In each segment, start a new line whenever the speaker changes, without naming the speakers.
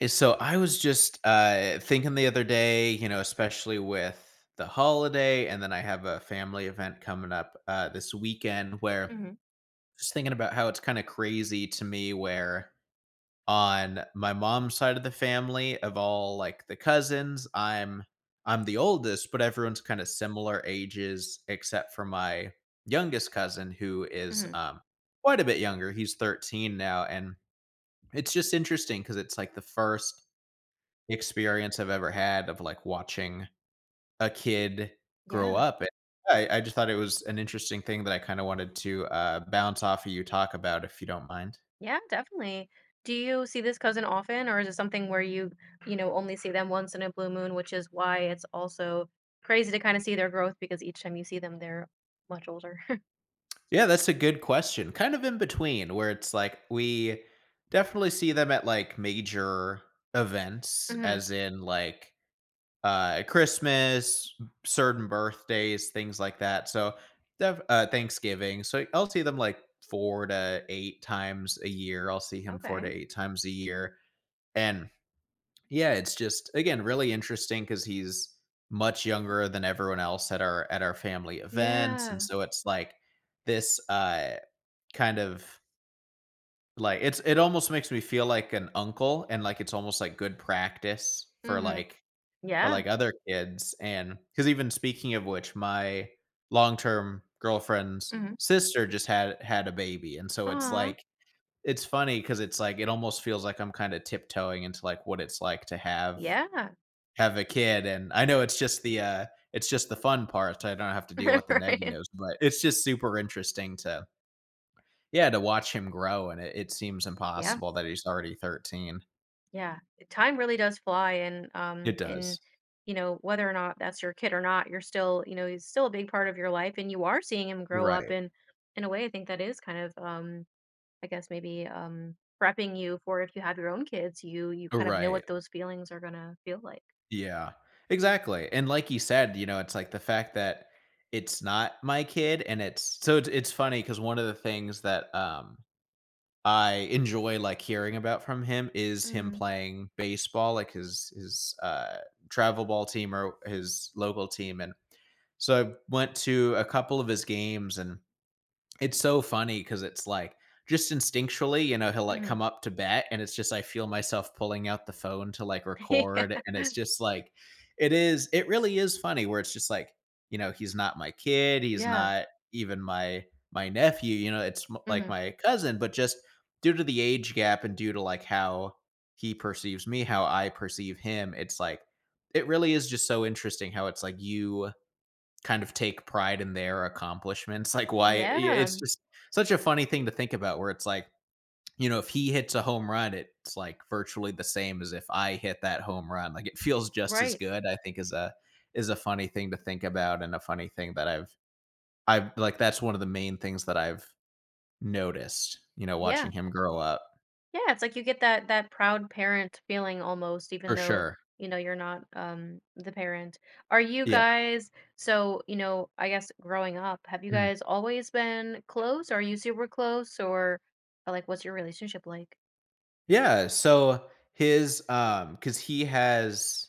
So I was just thinking the other day, you know, especially with the holiday, and then I have a family event coming up this weekend where
Mhm,
just thinking about how it's kind of crazy to me where on my mom's side of the family of all like the cousins, I'm the oldest, but everyone's kind of similar ages except for my youngest cousin who is
mhm.
quite a bit younger. He's 13 now, and it's just interesting because it's like the first experience I've ever had of, like, watching a kid grow
Yeah.
up, and I just thought it was an interesting thing that I kinda wanted to, bounce off of you, talk about, if you don't mind.
Yeah, definitely. Do you see this cousin often, or is it something where you only see them once in a blue moon, which is why it's also crazy to kind of see their growth because each time you see them, they're much older.
Yeah, that's a good question, kind of in between, where it's like, we definitely see them at, like, major events,
Hmm.
as in, like, Christmas, certain birthdays, things like that. So Thanksgiving. So I'll see them like four to eight times a year. I'll see him four to
Okay.
eight times a year. And yeah, it's just again really interesting because he's much younger than everyone else at our family events. And
Yeah.
so it's like this kind of like it almost makes me feel like an uncle, and like it's almost like good practice
Hmm.
for,
Yeah.
like, other kids, and because even speaking of which, my long-term girlfriend's
Hmm.
sister just had a baby, and so it's
Aw.
like it's funny because it's like it almost feels like I'm kinda tiptoeing into, like, what it's like to have
Yeah.
have a kid, and I know it's just the it's just the fun part, I don't have to deal with the
Right.
negatives, but it's just super interesting to yeah, to watch him grow, and it seems
Yeah.
impossible that he's already 13.
Yeah, time really does fly, and um,
It
and
does.
whether or not that's your kid or not, you're still he's still a big part of your life, and you are seeing him grow up.
Right.
And in a way, I think that is kind of I guess maybe prepping you for if you have your own kids, you kind of know
Right.
what those feelings are gonna feel like.
Yeah, exactly, and like you said, you know, it's like the fact that it's not my kid and it's so it's funny because one of the things that, I enjoy, like, hearing about from him is him
Mm-hmm.
playing baseball, like, his travel ball team or his local team, and so I went to a couple of his games, and it's so funny because it's like, just instinctually, you know, he'll, like, come up to bat, and it's just I feel myself pulling out the phone to, like, record, and it's
Yeah.
just like it really is funny where it's just like, you know, he's not my kid, he's
Yeah.
not even my nephew, you know, it's m like
Hmm.
my cousin, but just due to the age gap and due to, like, how he perceives me, how I perceive him, it's like it really is just so interesting how it's like you kind of take pride in their accomplishments. Like why it's
Yeah.
just such a funny thing to think about where it's like, you know, if he hits a home run, it's like virtually the same as if I hit that home run. Like it feels just as
Right.
good, I think, is a funny thing to think about, and a funny thing that I've like that's one of the main things that I've noticed, you know,
Yeah.
watching him grow up.
Yeah, it's like you get that proud parent feeling almost, even
For
though,
sure.
you're not the parent. Are you
Yeah.
guys So, I guess growing up, have you
Mhm.
guys always been close? Are you super close or, like what's your relationship like?
Yeah, so his because he has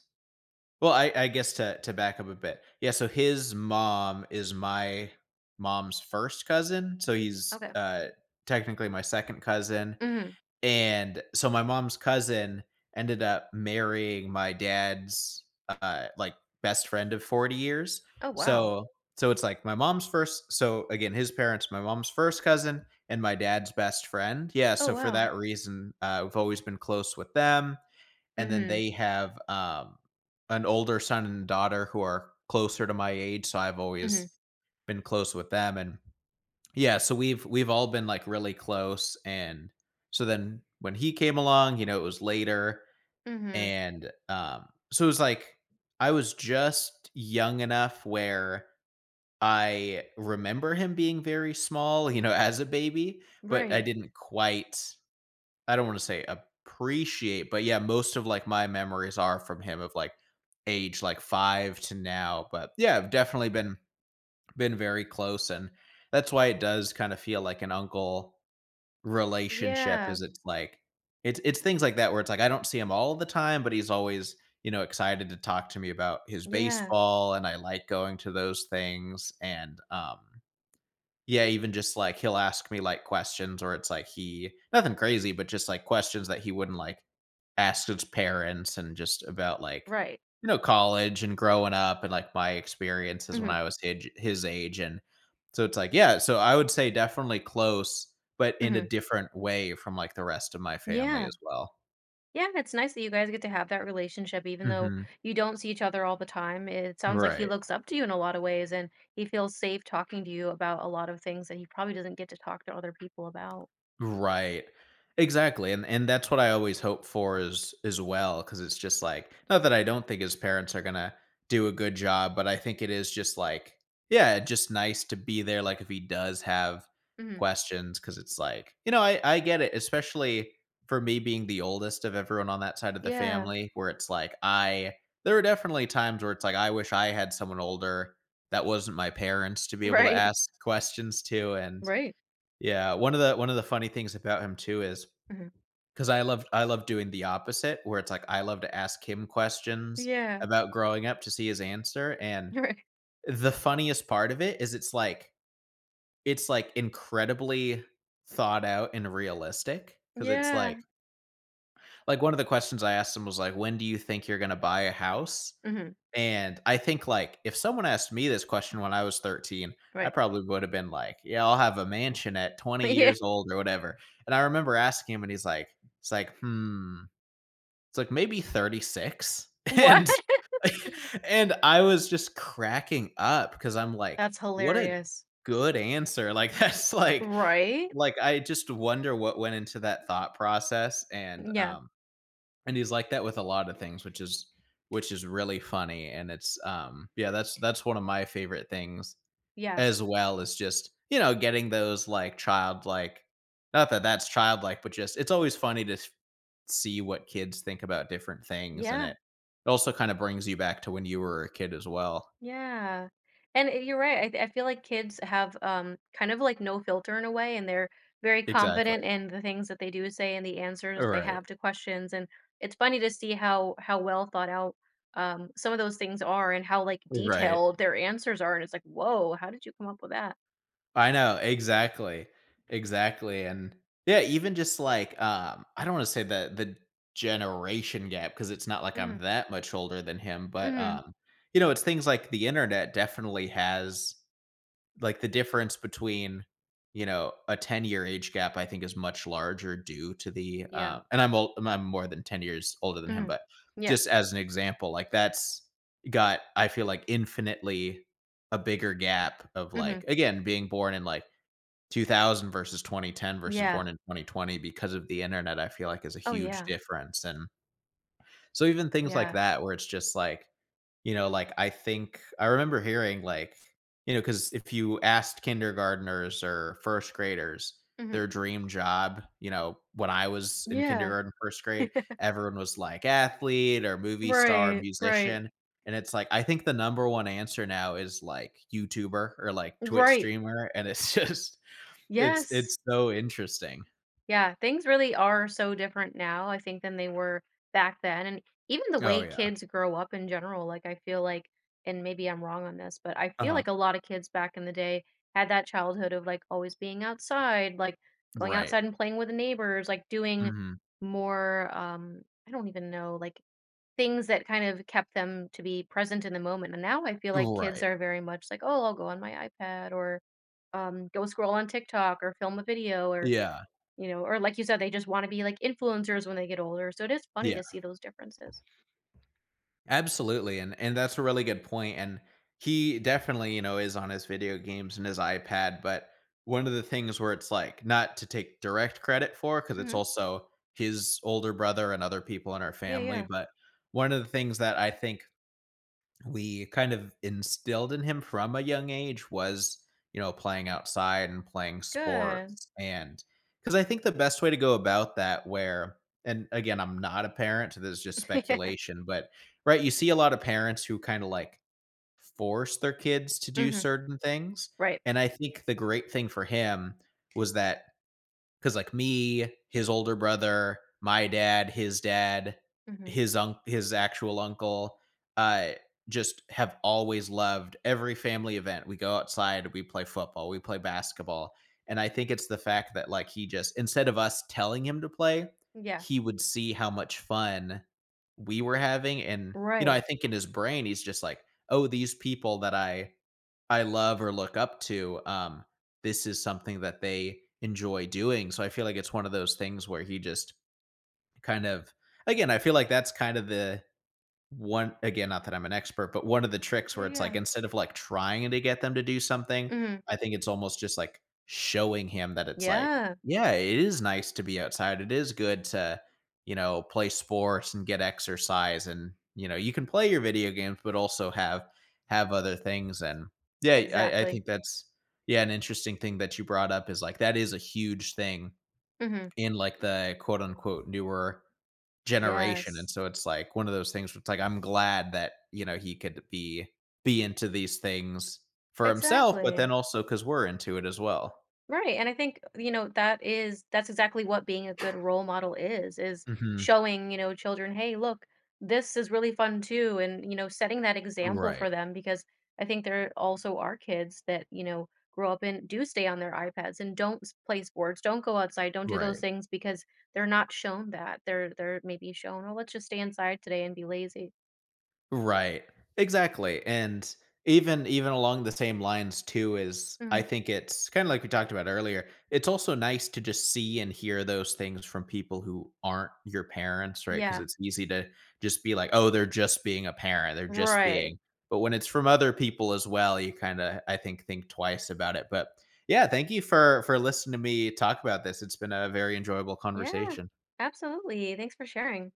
well, I guess to back up a bit. Yeah, so his mom is my mom's first cousin, so he's
Okay.
technically my second cousin.
Mm-hmm.
And so my mom's cousin ended up marrying my dad's like best friend of 40 years.
Oh wow.
So so it's like my mom's first so again his parents my mom's first cousin and my dad's best friend. Yeah,
Oh
so for
wow.
that reason we've always been close with them, and then
Mm-hmm.
they have, an older son and daughter who are closer to my age, so I've
Mm-hmm.
always been close with them, and yeah, so we've all been, like, really close, and so then when he came along, you know, it was later,
Mm-hmm.
and, so it was like I was just young enough where I remember him being very small, you know, as a baby, but I
Right.
didn't quite I don't want to say appreciate, but yeah, most of like my memories are from him of like age like 5 to now, but yeah, I've definitely been very close, and that's why it does kind of feel like an uncle relationship
Yeah.
is it's like it's things like that where it's like I don't see him all the time, but he's always, you know, excited to talk to me about his
Yeah.
baseball, and I like going to those things, and yeah, even just like he'll ask me like questions, or it's like he nothing crazy, but just like questions that he wouldn't like ask his parents, and just about like
Right.
you know college and growing up, and like my experiences when
Mm-hmm.
I was his age, and so it's like yeah, so I would say definitely close, but in a
Mm-hmm.
different way from like the rest of my family
Yeah.
as well.
Yeah, it's nice that you guys get to have that relationship even though
Hmm.
you don't see each other all the time. It sounds like he
Right.
looks up to you in a lot of ways and he feels safe talking to you about a lot of things that he probably doesn't get to talk to other people about.
Right. Exactly, and that's what I always hope for is as well because it's just like not that I don't think his parents are gonna do a good job, but I think it is just like yeah, just nice to be there, like, if he does have
Hmm.
questions, because it's like you know, I get it, especially for me being the oldest of everyone on that side of the
Yeah.
family, where it's like I there are definitely times where it's like, I wish I had someone older that wasn't my parents to be able to
Right.
ask questions to, and
Right.
yeah, one of the funny things about him too is
Hmm.
because I love doing the opposite where it's like I love to ask him questions
Yeah.
about growing up to see his answer, and
Right.
the funniest part of it is it's like incredibly thought out and realistic because it's
Yeah.
like one of the questions I asked him was like, "When do you think you're gonna buy a house?"
Hmm.
And I think, like, if someone asked me this question when I was 13, I
Right.
probably would have been like, "Yeah, I'll have a mansion at 20
Yeah.
years old or whatever." And I remember asking him, and he's like it's like, "Hmm." It's like, "Maybe 36?"
What?
And and I was just cracking up because 'cause I'm like,
That's
"What a
hilarious.
good answer." Like, that's
Right?
like, I just wonder what went into that thought process,
Yeah.
and he's like that with a lot of things, which is really funny, and it's yeah that's one of my favorite things
Yeah.
as well is just you know getting those like childlike not that that's childlike, but just it's always funny to see what kids think about different things, and
Yeah.
it also kind of brings you back to when you were a kid as well.
Yeah. And it- you're right. I feel like kids have kind of like no filter in a way, and they're very
Exactly.
confident in the things that they do say and the answers they
Right.
have to questions. And it's funny to see how well thought out some of those things are and how like
Right.
detailed their answers are. And it's like, whoa, how did you come up with that?
I know, exactly. Exactly, and yeah, even just like, I don't wanna say the generation gap because it's not like
Mm-hmm.
I'm that much older than him, but,
Mm-hmm.
you know, it's things like the internet definitely has like, the difference between, you know, a ten-year age gap, I think, is much larger due to the,
Yeah.
uh and I'm more than 10 years older than him,
Mm-hmm.
but
Yeah.
just as an example, like, that's got, I feel like, infinitely a bigger gap of,
Mm-hmm.
like, again, being born in, like, 2000 versus 2010 versus
Yeah.
born in 2020 because of the internet, I feel like is a
Oh
huge
yeah.
difference, and so even things like
Yeah.
that where it's just like, you know, like, I think I remember hearing, like, you know, because if you asked kindergartners or 1st graders
Mm-hmm.
their dream job, you know, when I was in
Yeah.
kindergarten, 1st grade, everyone was like athlete or movie star,
Right. Right.
musician, and it's like, I think the number one answer now is like YouTuber or like Twitch
Right.
streamer, and it's just it's
Yes.
it's so interesting.
Yeah, things really are so different now, I think, than they were back then. And even the
Oh,
way
yeah.
kids grow up in general, like, I feel like, and maybe I'm wrong on this, but I feel
Uh-huh.
like a lot of kids back in the day had that childhood of like always being outside, like going
Right.
outside and playing with the neighbors, like doing
Mhm.
more, I don't even know, like things that kind of kept them to be present in the moment. And now I feel like kids
Right.
are very much like, oh, I'll go on my iPad or go scroll on TikTok or film a video or
Yeah.
you know, or like you said, they just wanna be like influencers when they get older, so it is funny
Yeah.
to see those differences.
Absolutely, and that's a really good point. And he definitely, you know, is on his video games and his iPad, but one of the things where it's, like, not to take direct credit for because it's
Mhm.
also his older brother and other people in our
Yeah,
family,
yeah.
but one of the things that I think we kind of instilled in him from a young age was, you know, playing outside and playing
Good.
sports. And because I think the best way to go about that, where, and again, I'm not a parent, so this is just
Yeah.
speculation, but right, you see a lot of parents who kind of like force their kids to do
Mhm.
certain things.
Right.
And I think the great thing for him was that because like me, his older brother, my dad, his dad,
Mhm.
his actual uncle, uh, just have always loved every family event. We go outside, we play football, we play basketball. And I think it's the fact that like he just instead of us telling him to play,
Yeah.
he would see how much fun we were having. And, you know, I
Right.
think in his brain, he's just like, oh, these people that I love or look up to, this is something that they enjoy doing. So I feel like it's one of those things where he just kind of again, I feel like that's kind of the one again, not that I'm an expert, but one of the tricks
Yeah,
where it's
yeah.
like instead of like trying to get them to do something,
Mhm.
I think it's almost just like showing him that it's like,
Yeah.
yeah, it is nice to be outside. It is good to, you know, play sports and get exercise, and, you know, you can play your video games, but also have other things. And yeah, I
Exactly.
think that's yeah, an interesting thing that you brought up is like that is a huge thing
Mhm.
in like the quote unquote newer generation, and
Yes.
so it's, like, one of those things where it's, like, I'm glad that, you know, he could be into these things for himself, but
Exactly.
then also because 'cause we're into it as well.
Right, and I think, that's exactly what being a good role model is
Mhm.
showing, children, "Hey, look, this is really fun too," and, setting that example
Right.
for them because I think there also are kids that, grow up and do stay on their iPads and don't play sports, don't go outside, don't do those
Right.
things because they're not shown that. they're maybe shown, "Oh, let's just stay inside today and be lazy."
Right. Exactly. And even along the same lines too is I
Mhm.
think it's kind of like we talked about earlier. It's also nice to just see and hear those things from people who aren't your parents, right? Because
Yeah.
it's easy to just be like, "Oh, they're just being a parent. They're just
Right.
being." But when it's from other people as well, you kind of I think twice about it. But yeah, thank you for listening to me talk about this. It's been a very enjoyable
Yeah.
conversation.
Absolutely. Thanks for sharing.